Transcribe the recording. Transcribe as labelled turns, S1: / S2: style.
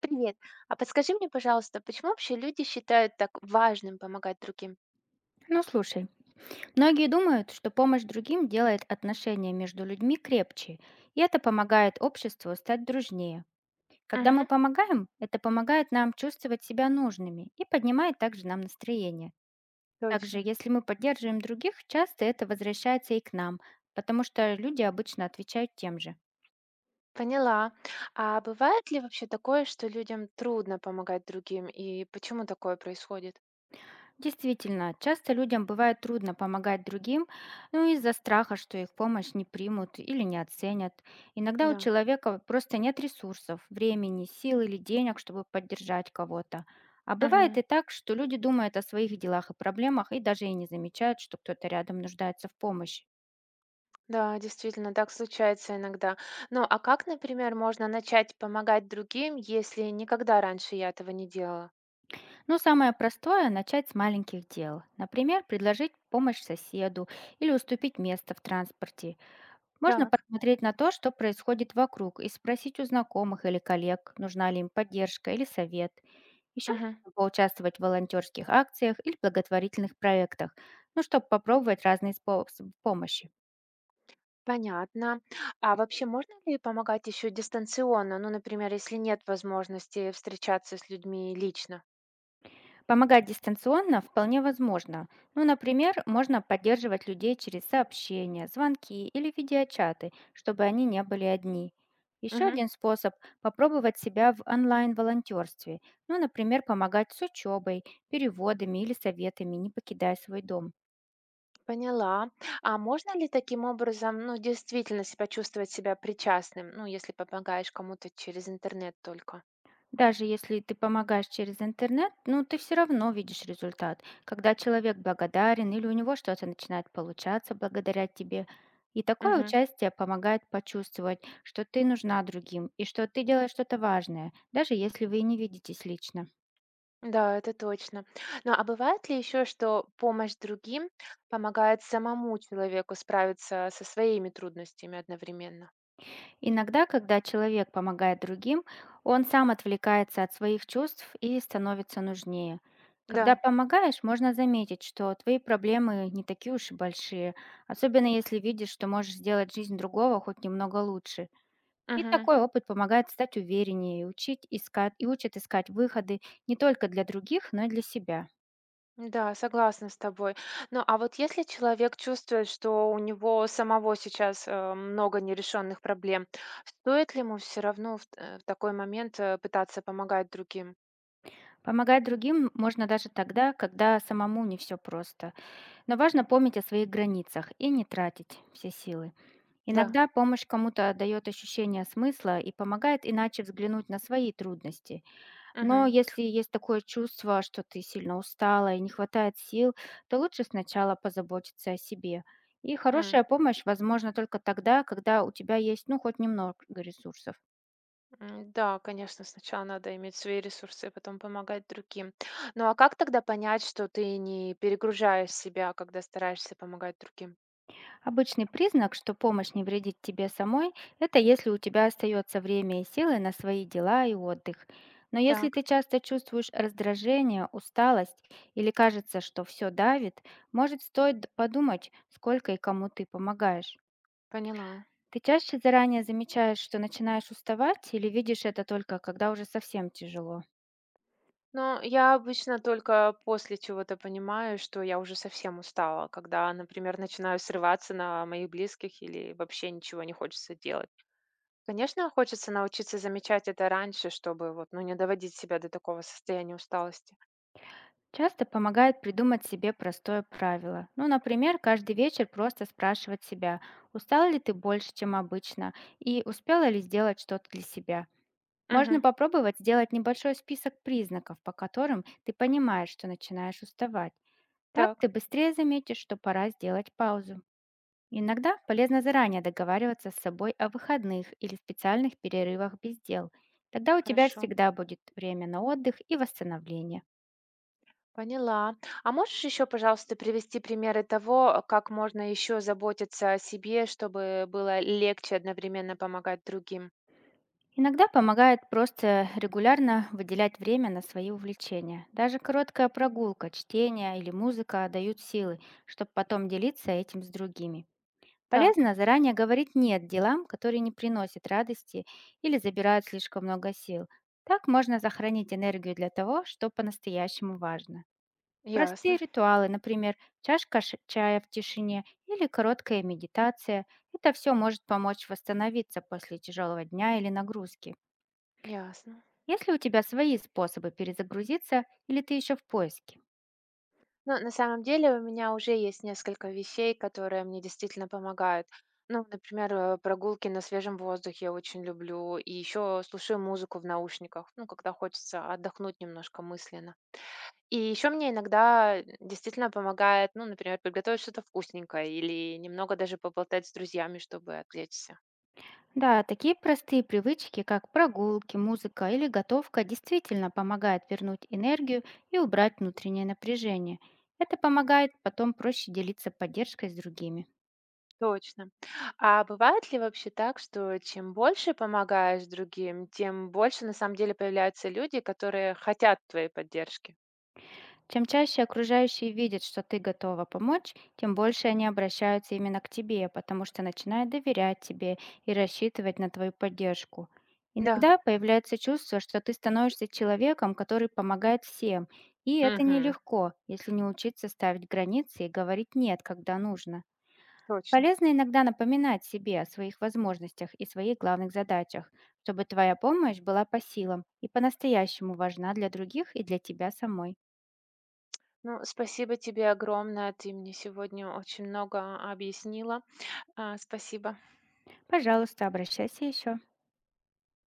S1: Привет. А подскажи мне, пожалуйста, почему вообще люди считают так важным помогать другим?
S2: Ну слушай, многие думают, что помощь другим делает отношения между людьми крепче, и это помогает обществу стать дружнее. Когда мы
S1: Мгм.
S2: помогаем, это помогает нам чувствовать себя нужными и поднимает также нам настроение. Также,
S1: Точно.
S2: если мы поддерживаем других, часто это возвращается и к нам, потому что люди обычно отвечают тем же.
S1: Поняла. А бывает ли вообще такое, что людям трудно помогать другим, и почему такое происходит?
S2: Действительно, часто людям бывает трудно помогать другим, ну из-за страха, что их помощь не примут или не оценят. Иногда у
S1: Да.
S2: человека просто нет ресурсов, времени, сил или денег, чтобы поддержать кого-то. А бывает
S1: Мгм.
S2: и так, что люди думают о своих делах и проблемах и даже и не замечают, что кто-то рядом нуждается в помощи.
S1: Да, действительно, так случается иногда. Ну, а как, например, можно начать помогать другим, если никогда раньше я этого не делала?
S2: Но самое простое– начать с маленьких дел. Например, предложить помощь соседу или уступить место в транспорте. Можно
S1: Так.
S2: посмотреть на то, что происходит вокруг, и спросить у знакомых или коллег, нужна ли им поддержка или совет. Еще
S1: Мгм.
S2: можно поучаствовать в волонтерских акциях или благотворительных проектах, ну, чтобы попробовать разные способы помощи.
S1: Понятно. А вообще можно ли помогать еще дистанционно? Ну, например, если нет возможности встречаться с людьми лично?
S2: Помогать дистанционно вполне возможно. Ну, например, можно поддерживать людей через сообщения, звонки или видеочаты, чтобы они не были одни. Еще
S1: Мгм.
S2: один способ– попробовать себя в онлайн-волонтерстве. Ну, например, помогать с учебой, переводами или советами, не покидая свой дом.
S1: Поняла. А можно ли таким образом, ну, действительно себя чувствовать себя причастным, ну, если помогаешь кому-то через интернет только?
S2: Даже если ты помогаешь через интернет, ну ты все равно видишь результат. Когда человек благодарен или у него что-то начинает получаться благодаря тебе. И такое
S1: Мгм.
S2: участие помогает почувствовать, что ты нужна другим и что ты делаешь что-то важное, даже если вы и не видитесь лично.
S1: Да, это точно. Ну, а бывает ли еще, что помощь другим помогает самому человеку справиться со своими трудностями одновременно?
S2: Иногда, когда человек помогает другим, он сам отвлекается от своих чувств и становится нужнее. Когда
S1: Да.
S2: помогаешь, можно заметить, что твои проблемы не такие уж и большие, особенно если видишь, что можешь сделать жизнь другого хоть немного лучше. И
S1: Мгм.
S2: такой опыт помогает стать увереннее и, учит искать выходы не только для других, но и для себя.
S1: Да, согласна с тобой. Ну, а вот если человек чувствует, что у него самого сейчас много нерешенных проблем, стоит ли ему все равно в такой момент пытаться помогать другим?
S2: Помогать другим можно даже тогда, когда самому не все просто. Но важно помнить о своих границах и не тратить все силы.
S1: Да.
S2: Иногда помощь кому-то дает ощущение смысла и помогает иначе взглянуть на свои трудности. Но
S1: Мгм.
S2: если есть такое чувство, что ты сильно устала и не хватает сил, то лучше сначала позаботиться о себе. И
S1: М,
S2: хорошая помощь возможна только тогда, когда у тебя есть ну хоть немного ресурсов.
S1: Да, конечно, сначала надо иметь свои ресурсы, а потом помогать другим. Ну, а как тогда понять, что ты не перегружаешь себя, когда стараешься помогать другим?
S2: Обычный признак, что помощь не вредит тебе самой, это если у тебя остается время и силы на свои дела и отдых. Но если ты
S1: Так,
S2: часто чувствуешь раздражение, усталость или кажется, что все давит, может стоит подумать, сколько и кому ты помогаешь.
S1: поняла.
S2: Ты чаще заранее замечаешь, что начинаешь уставать или видишь это только, когда уже совсем тяжело?
S1: Но я обычно только после чего-то понимаю, что я уже совсем устала, когда, например, начинаю срываться на моих близких или вообще ничего не хочется делать. Конечно, хочется научиться замечать это раньше, чтобы вот, ну, не доводить себя до такого состояния усталости.
S2: Часто помогает придумать себе простое правило. Ну, например, каждый вечер просто спрашивать себя, устал ли ты больше, чем обычно, и успела ли сделать что-то для себя. Можно
S1: Угу.
S2: попробовать сделать небольшой список признаков, по которым ты понимаешь, что начинаешь уставать. Так
S1: Так,
S2: ты быстрее заметишь, что пора сделать паузу. Иногда полезно заранее договариваться с собой о выходных или специальных перерывах без дел. Тогда у тебя
S1: хорошо.
S2: всегда будет время на отдых и восстановление.
S1: Поняла. А можешь еще, пожалуйста, привести примеры того, как можно еще заботиться о себе, чтобы было легче одновременно помогать другим?
S2: Иногда помогает просто регулярно выделять время на свои увлечения. Даже короткая прогулка, чтение или музыка дают силы, чтобы потом делиться этим с другими.
S1: Так,
S2: Полезно заранее говорить «нет» делам, которые не приносят радости или забирают слишком много сил. Так можно сохранить энергию для того, что по-настоящему важно.
S1: ясно,
S2: Простые ритуалы, например, чашка чая в тишине или короткая медитация, это все может помочь восстановиться после тяжелого дня или нагрузки.
S1: ясно.
S2: Есть ли у тебя свои способы перезагрузиться или ты еще в поиске?
S1: Ну, на самом деле у меня уже есть несколько вещей, которые мне действительно помогают. Ну, например, прогулки на свежем воздухе я очень люблю. И еще слушаю музыку в наушниках, ну, когда хочется отдохнуть немножко мысленно. И еще мне иногда действительно помогает, ну, например, приготовить что-то вкусненькое или немного даже поболтать с друзьями, чтобы отвлечься.
S2: Да, такие простые привычки, как прогулки, музыка или готовка, действительно помогают вернуть энергию и убрать внутреннее напряжение. Это помогает потом проще делиться поддержкой с другими.
S1: Точно. А бывает ли вообще так, что чем больше помогаешь другим, тем больше на самом деле появляются люди, которые хотят твоей поддержки?
S2: Чем чаще окружающие видят, что ты готова помочь, тем больше они обращаются именно к тебе, потому что начинают доверять тебе и рассчитывать на твою поддержку.
S1: Да,
S2: Иногда появляется чувство, что ты становишься человеком, который помогает всем, и это
S1: мгм,
S2: нелегко, если не учиться ставить границы и говорить «нет», когда нужно.
S1: точно.
S2: Полезно иногда напоминать себе о своих возможностях и своих главных задачах, чтобы твоя помощь была по силам и по-настоящему важна для других и для тебя самой.
S1: Ну, спасибо тебе огромное. Ты мне сегодня очень много объяснила. А, спасибо.
S2: Пожалуйста, обращайся еще.